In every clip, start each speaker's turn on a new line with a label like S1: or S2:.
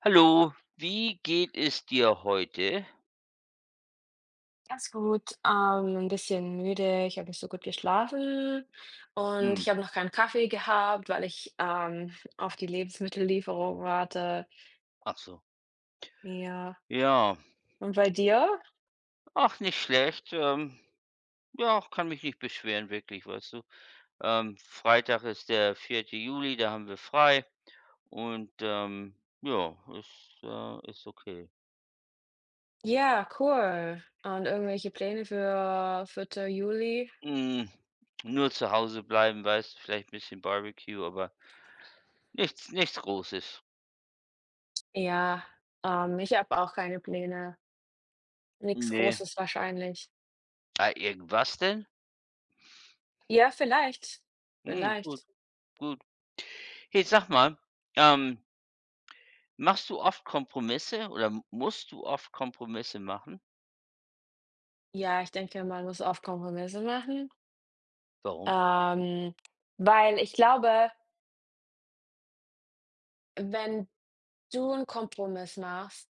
S1: Hallo, wie geht es dir heute?
S2: Ganz gut, 'n bisschen müde. Ich habe nicht so gut geschlafen und
S1: Hm,
S2: ich habe noch keinen Kaffee gehabt, weil ich auf die Lebensmittellieferung warte.
S1: ach so.
S2: Ja.
S1: Ja,
S2: Und bei dir?
S1: ach, nicht schlecht. Ja, kann mich nicht beschweren, wirklich, weißt du. Freitag ist der vierte Juli, da haben wir frei und ja, ist, ist okay.
S2: Ja, cool. Und irgendwelche Pläne für 4. Juli?
S1: Hm, nur zu Hause bleiben, weißt du, vielleicht ein bisschen Barbecue, aber nichts, nichts Großes.
S2: Ja, ich habe auch keine Pläne. Nichts
S1: Nee.
S2: Großes wahrscheinlich.
S1: Ah, irgendwas denn?
S2: Ja, vielleicht.
S1: Hm, gut,
S2: Vielleicht.
S1: gut. Hey, sag mal, ähm, Machst du oft Kompromisse oder m musst du oft Kompromisse machen?
S2: Ja, ich denke, man muss oft Kompromisse machen,
S1: Warum?
S2: ähm, weil ich glaube, wenn du einen Kompromiss machst,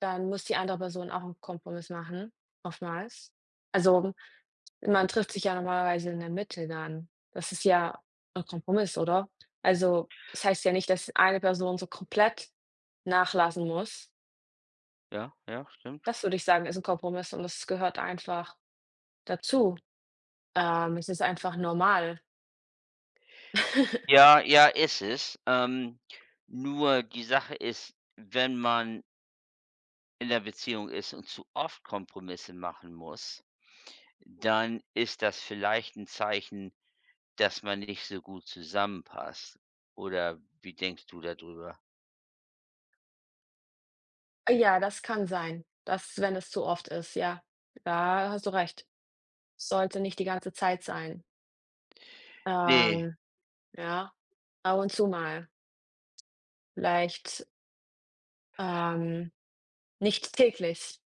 S2: dann muss die andere Person auch einen Kompromiss machen, oftmals. Also, man trifft sich ja normalerweise in der Mitte dann. Das ist ja ein Kompromiss, oder? Also, es heißt ja nicht, dass eine Person so komplett nachlassen muss.
S1: Ja, ja, stimmt.
S2: Das würde ich sagen, ist ein Kompromiss und das gehört einfach dazu. Es ist einfach normal.
S1: Ja, ja, ist es. Nur die Sache ist, wenn man in der Beziehung ist und zu oft Kompromisse machen muss, dann ist das vielleicht ein Zeichen, dass man nicht so gut zusammenpasst. Oder wie denkst du darüber? Drüber?
S2: Ja, das kann sein, dass wenn es zu oft ist, ja. Da hast du recht. Sollte nicht die ganze Zeit sein.
S1: Ne.
S2: Ähm, ja. Ab und zu mal, vielleicht, ähm, nicht täglich.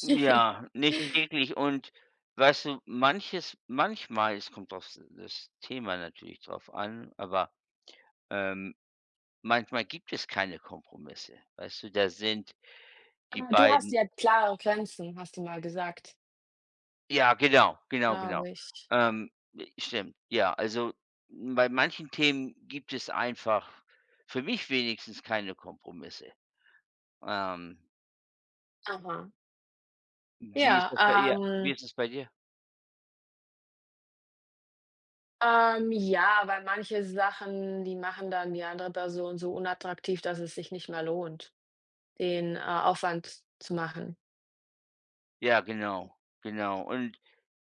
S1: Ja, nicht täglich und weißt du, manches manchmal, es kommt auf das Thema natürlich drauf an, aber, ähm, manchmal gibt es keine Kompromisse, weißt du? Da sind die
S2: Aber du hast
S1: beiden.
S2: ja klare Grenzen, hast du mal gesagt,
S1: Ja, genau, genau,
S2: glaube
S1: genau.
S2: ich.
S1: Ähm, stimmt, ja. Also, bei manchen Themen gibt es einfach für mich wenigstens keine Kompromisse. Ähm,
S2: Aha.
S1: wie ist
S2: Ja,
S1: das bei ihr wie
S2: ähm,
S1: ist es bei dir?
S2: ja, weil manche Sachen, die machen dann die andere Person so unattraktiv, dass es sich nicht mehr lohnt, den Aufwand zu machen.
S1: Ja, genau, genau. Und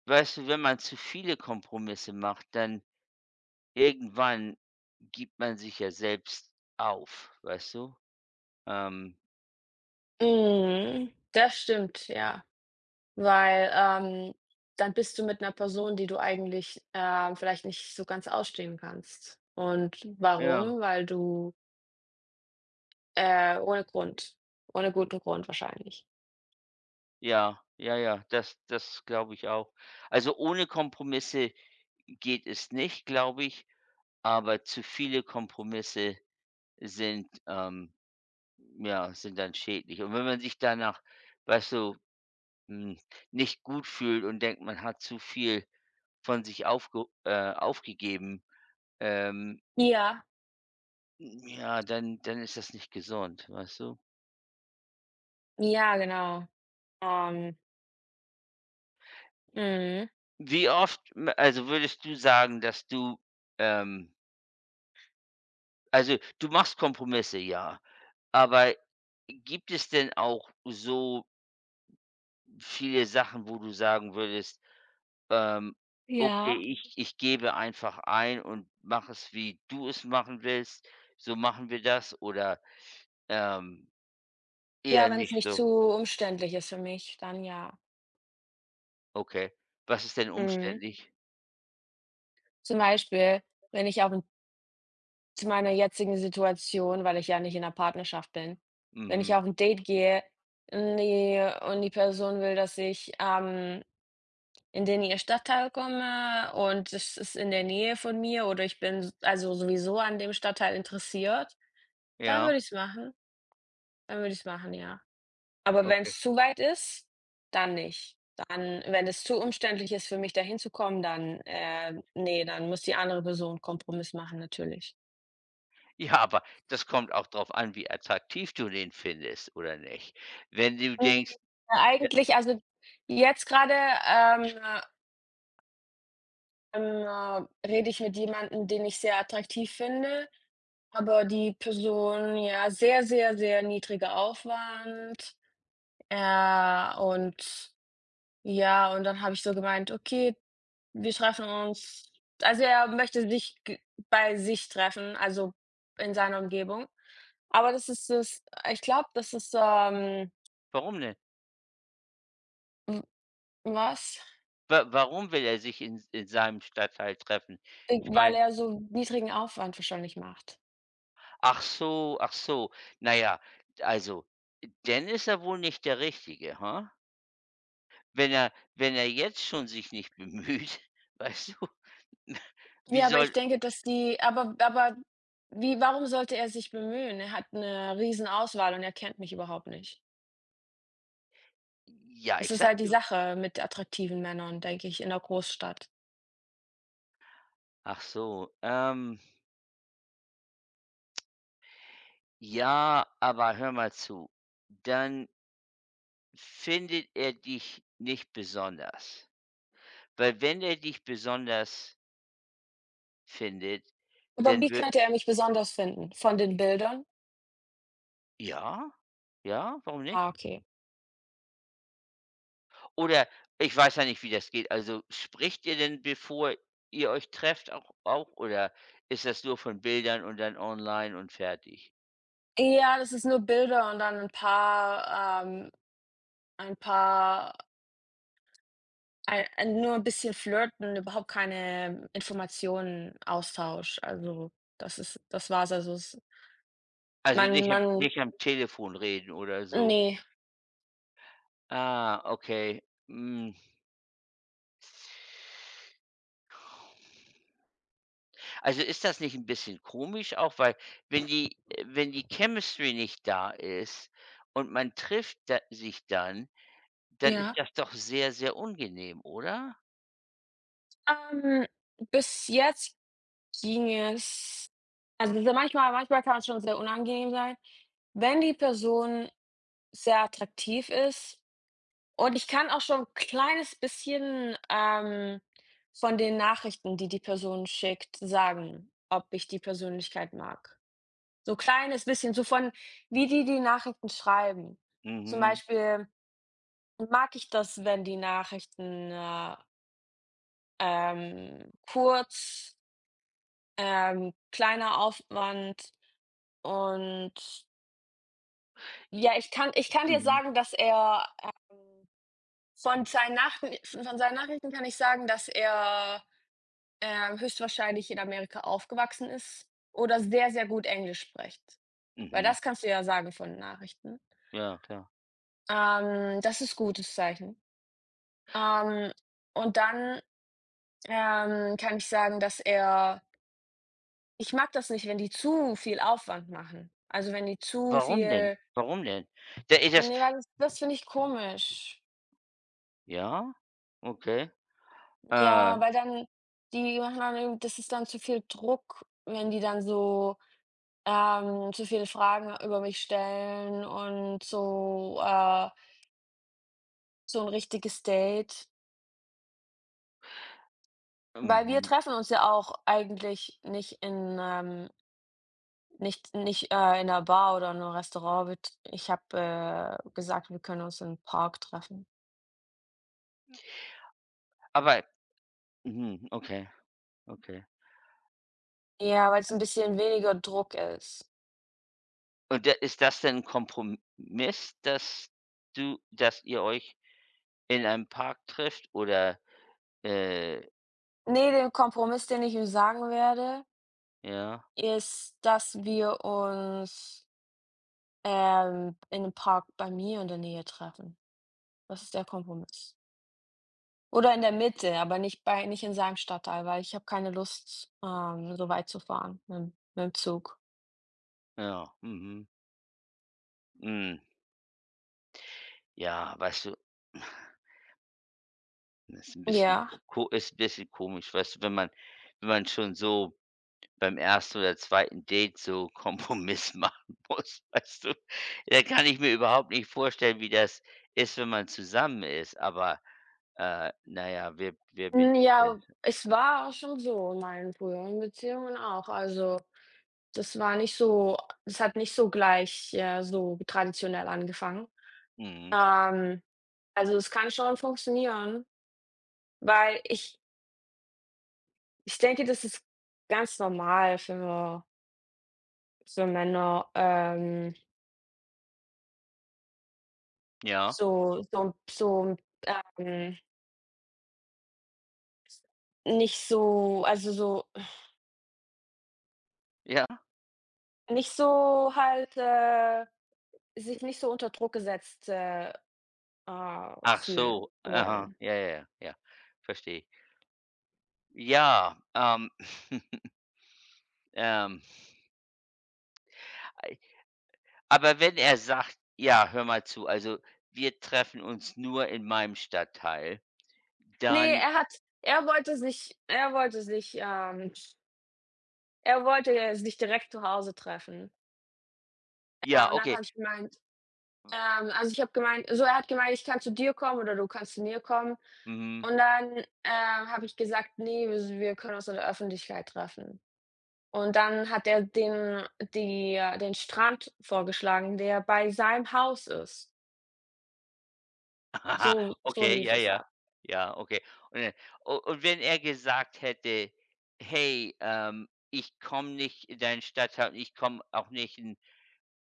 S1: weißt du, wenn man zu viele Kompromisse macht, dann irgendwann gibt man sich ja selbst auf, weißt du? Ähm,
S2: Mhm, das stimmt, ja. Weil, dann bist du mit einer Person, die du eigentlich, vielleicht nicht so ganz ausstehen kannst. Und
S1: ja,
S2: warum? Weil du ohne Grund. Ohne guten Grund wahrscheinlich.
S1: ja, ja, ja, das glaube ich auch. Also, ohne Kompromisse geht es nicht, glaube ich, aber zu viele Kompromisse sind, ja, sind dann schädlich. Und wenn man sich danach, weißt du, hm, nicht gut fühlt und denkt, man hat zu viel von sich aufgegeben, ähm
S2: Ja.
S1: Ja, dann ist das nicht gesund, weißt du?
S2: Ja, genau. Ähm, mhm.
S1: Wie oft m also, würdest du sagen, dass du, ähm also, du machst Kompromisse, ja, aber gibt es denn auch so viele Sachen, wo du sagen würdest, ähm: „Okay,
S2: Ja.
S1: ich gebe einfach ein und mache es, wie du es machen willst. So machen wir das." Oder, ähm,
S2: Ja,
S1: eher
S2: wenn es
S1: nicht
S2: nicht zu
S1: so?
S2: umständlich ist für mich, dann ja.
S1: Okay. Was ist denn
S2: Mhm.
S1: umständlich?
S2: Zum Beispiel, wenn ich auf zu meiner jetzigen Situation, weil ich ja nicht in einer Partnerschaft bin. Wenn ich
S1: Mhm.
S2: auf ein Date gehe, ne, und die Person will, dass ich in den ihr Stadtteil komme und es ist in der Nähe von mir oder ich bin s also sowieso an dem Stadtteil interessiert, dann
S1: Ja,
S2: würde ich es machen. Dann würde ich es machen, ja. Aber wenn
S1: okay.
S2: es zu weit ist, dann nicht. Dann Wenn es zu umständlich ist für mich, dahin zu kommen, dann dann muss die andere Person Kompromiss machen natürlich.
S1: Ja, aber das kommt auch drauf an, wie attraktiv du den findest oder nicht. Wenn du
S2: Hm,
S1: denkst.
S2: ja,
S1: Ja,
S2: eigentlich also, jetzt gerade ähm, rede ich mit jemandem, den ich sehr attraktiv finde, aber die Person, ja, sehr, sehr, sehr niedriger Aufwand, und ja, und dann habe ich so gemeint: „Okay, wir treffen uns“, also, er möchte sich g bei sich treffen, also, in seiner Umgebung. Aber das ist das ich glaube, das ist,
S1: warum denn?
S2: w was?
S1: Wa warum will er sich in seinem Stadtteil treffen? Ich
S2: Weil
S1: meine.
S2: er so niedrigen Aufwand wahrscheinlich macht.
S1: Ach so, ach so. Na ja, also, dann ist er wohl nicht der Richtige, ha? Wenn er jetzt schon sich nicht bemüht, weißt du, wie
S2: Ja, aber ich
S1: soll.
S2: denke, dass die aber wie warum sollte er sich bemühen? Er hat 'ne Riesenauswahl und er kennt mich überhaupt nicht.
S1: Ja,
S2: Das
S1: ich
S2: ist
S1: sag
S2: halt die
S1: dir.
S2: Sache mit attraktiven Männern, denke ich, in 'ner Großstadt.
S1: Ach so, ja, aber hör mal zu, dann findet er dich nicht besonders. Weil wenn er dich besonders findet,
S2: Aber
S1: dann
S2: wie
S1: wird.
S2: könnte er mich besonders finden? Von den Bildern?
S1: Ja, ja, warum
S2: Ah,
S1: nicht?
S2: okay.
S1: Oder ich weiß ja nicht, wie das geht. Also spricht ihr denn, bevor ihr euch trefft, auch oder ist das nur von Bildern und dann online und fertig?
S2: Ja, das ist nur Bilder und dann 'n paar ein paar ei ein nur 'n bisschen flirten, überhaupt keine Informationen, Austausch. Also, das war's. Also, es
S1: Also
S2: Man man
S1: nicht am Telefon reden oder so.
S2: ne,
S1: Ah, okay. Mm. Also, ist das nicht ein bisschen komisch auch, weil wenn die Chemistry nicht da ist und man trifft da sich dann, dann ist
S2: ja.
S1: das doch sehr, sehr unangenehm, oder?
S2: Ähm, bis jetzt ging es also, so manchmal kann es schon sehr unangenehm sein, wenn die Person sehr attraktiv ist und ich kann auch schon 'n kleines bisschen, von den Nachrichten, die die Person schickt, sagen, ob ich die Persönlichkeit mag. So ein kleines bisschen, so von wie die die Nachrichten schreiben. Zum
S1: Mhm.
S2: Beispiel mag ich das, wenn die Nachrichten kurz, kleiner Aufwand und
S1: I
S2: ja, ich kann dir
S1: mhm,
S2: sagen, dass er von seinen Nachrichten kann ich sagen, dass er, höchstwahrscheinlich in Amerika aufgewachsen ist oder sehr, sehr gut Englisch spricht, weil
S1: mhm.
S2: das kannst du ja sagen von Nachrichten.
S1: Ja, klar.
S2: Das ist gutes Zeichen. Ähm, und dann, kann ich sagen, dass er Ich mag das nicht, wenn die zu viel Aufwand machen. Also, wenn die zu
S1: Warum denn?
S2: viel
S1: Warum denn? Da ist das.
S2: nee, weil das finde ich komisch.
S1: Ja, okay. Äh,
S2: Ja, weil dann die machen dann irgend das ist dann zu viel Druck, wenn die dann so, zu viele Fragen über mich stellen und so, so ein richtiges Date. Weil wir
S1: mhm.
S2: treffen uns ja auch eigentlich nicht in, nicht in einer Bar oder in einem Restaurant. Wir t Ich habe, gesagt, wir können uns im Park treffen.
S1: Aber. Mhm, okay, okay.
S2: Ja, weil's 'n bisschen weniger Druck ist.
S1: Und da ist das denn 'n Kompromiss, dass ihr euch in einem Park trifft oder, äh
S2: Ne, den Kompromiss, den ich ihm sagen werde,
S1: ja?
S2: ist, dass wir uns, in 'nem Park bei mir in der Nähe treffen. Das ist der Kompromiss. Oder in der Mitte, aber nicht in seinem Stadtteil, weil ich habe keine Lust, so weit zu fahren mit'm Zug.
S1: Ja, mhm, hm. Ja, weißt du, das ist 'n bisschen
S2: Ja.
S1: ist ein bisschen komisch, weißt du, wenn man wenn man schon so beim ersten oder zweiten Date so Kompromiss machen muss, weißt du? Da kann ich mir überhaupt nicht vorstellen, wie das ist, wenn man zusammen ist, aber, na ja, wer bin
S2: Hm,
S1: ich denn?
S2: ja, es war auch schon so in meinen früheren Beziehungen auch. Also, das war nicht so es hat nicht so gleich, so traditionell angefangen.
S1: Mhm.
S2: Ähm, also, es kann schon funktionieren, weil ich ich denke, das ist ganz normal für Männer,
S1: Ja,
S2: so, ähm, nicht so also, so
S1: ja.
S2: nicht so halt, sich nicht so unter Druck gesetzt,
S1: Ach
S2: fühlen
S1: so, aha,
S2: wollen.
S1: ja, ja, ja, ja, verstehe. Ja, ähm, Aber wenn er sagt: „Ja, hör mal zu, also wir treffen uns nur in meinem Stadtteil",
S2: Ne,
S1: dann,
S2: er wollte sich er wollte sich, ähm er wollte sich direkt zu Hause treffen. Ja,
S1: ja,
S2: und dann
S1: okay,
S2: habe ich gemeint also, ich habe gemeint so, er hat gemeint: „Ich kann zu dir kommen oder du kannst zu mir kommen.“
S1: mhm,
S2: Und dann, habe ich gesagt: nee, wir können uns in der Öffentlichkeit treffen.“ Und dann hat er den Strand vorgeschlagen, der bei seinem Haus ist. So
S1: okay,
S2: lief
S1: ja,
S2: es
S1: ja,
S2: ab.
S1: ja, okay. Und dann u und wenn er gesagt hätte: „Hey, ich komme nicht in deinen Stadtteil und ich komme auch nicht in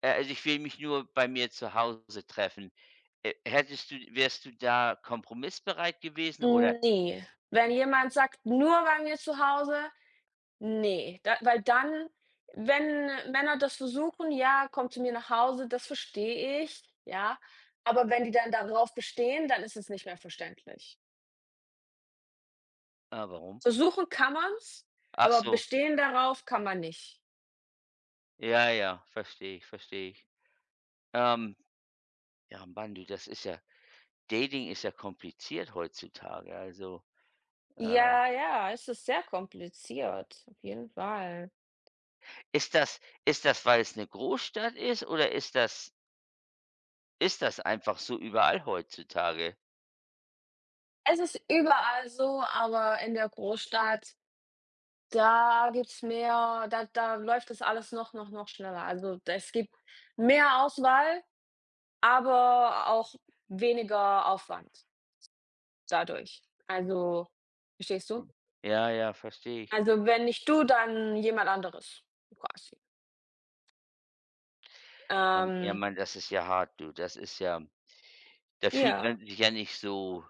S1: also ich will mich nur bei mir zu Hause treffen", hättest du wärst du da kompromissbereit gewesen oder,
S2: Hm, ne. Wenn jemand sagt: „Nur bei mir zu Hause“ Nee, da weil dann wenn Männer das versuchen, ja: „Komm zu mir nach Hause“, das verstehe ich, ja. Aber wenn die dann darauf bestehen, dann ist es nicht mehr verständlich.
S1: ah, warum?
S2: Versuchen kann man's,
S1: Ach
S2: aber
S1: so,
S2: bestehen darauf kann man nicht.
S1: ja, ja, verstehe ich, verstehe ich. Ähm Ja, Mann, du, das ist ja. Dating ist ja kompliziert heutzutage. Also, äh,
S2: Ja, ja, es ist sehr kompliziert, auf jeden Fall.
S1: ist das, weil es eine Großstadt ist oder ist das einfach so überall heutzutage?
S2: Es ist überall so, aber in der Großstadt, da gibt's mehr da läuft das alles noch schneller. Also, es gibt mehr Auswahl aber auch weniger Aufwand dadurch. Also, verstehst du?
S1: Ja, ja, verstehe ich.
S2: Also, wenn nicht du, dann jemand anderes quasi.
S1: Ja, ja,
S2: Ähm,
S1: Mann, das ist ja hart, du. Das ist ja. Da fühlt
S2: ja,
S1: man sich ja nicht so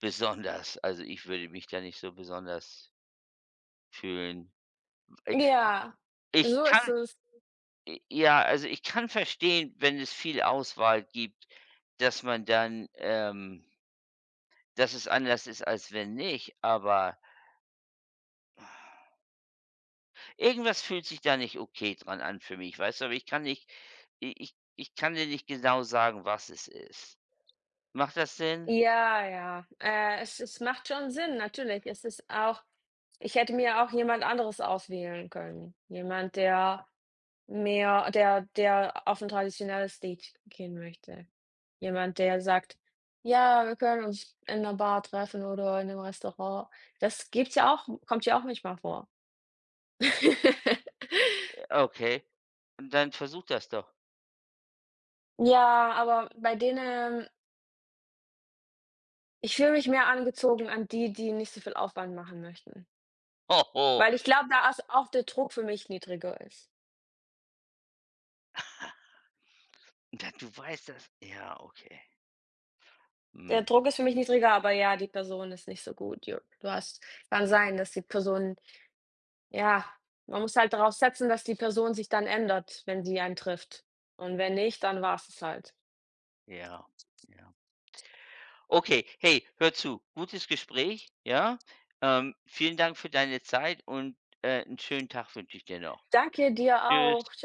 S1: besonders. Also, ich würde mich da nicht so besonders fühlen. I
S2: ja,
S1: ich
S2: so ist
S1: kann
S2: es.
S1: i ja, also, ich kann verstehen, wenn es viel Auswahl gibt, dass man dann, dass es anders ist, als wenn nicht, aber irgendwas fühlt sich da nicht okay dran an für mich, weißt du? Aber ich kann nicht, i ich kann dir nicht genau sagen, was es ist. Macht das Sinn?
S2: Ja, ja. Es macht schon Sinn, natürlich. Es ist auch ich hätte mir auch jemand anderes auswählen können. Jemand, der Mehr der auf 'n traditionelles Date gehen möchte. Jemand, der sagt: „Ja, wir können uns in 'ner Bar treffen oder in 'nem Restaurant.“ Das gibt's ja auch kommt ja auch manchmal vor.
S1: Ja, okay, dann versuch das doch.
S2: Ja, aber bei denen ich fühle mich mehr angezogen an die, die nicht so viel Aufwand machen möchten,
S1: Ho, ho.
S2: weil ich glaube, da ist auch der Druck für mich niedriger ist.
S1: Da du weißt das ja, okay.
S2: Der
S1: Mhm,
S2: Druck ist für mich niedriger, aber ja, die Person ist nicht so gut. Ja, du hast kann sein, dass die Person Ja, man muss halt darauf setzen, dass die Person sich dann ändert, wenn sie einen trifft. Und wenn nicht, dann war es halt.
S1: ja, ja. Okay, hey, hör zu, gutes Gespräch, ja? Vielen Dank für deine Zeit und, 'n schönen Tag wünsche ich dir noch.
S2: Danke dir auch.
S1: Tschüss.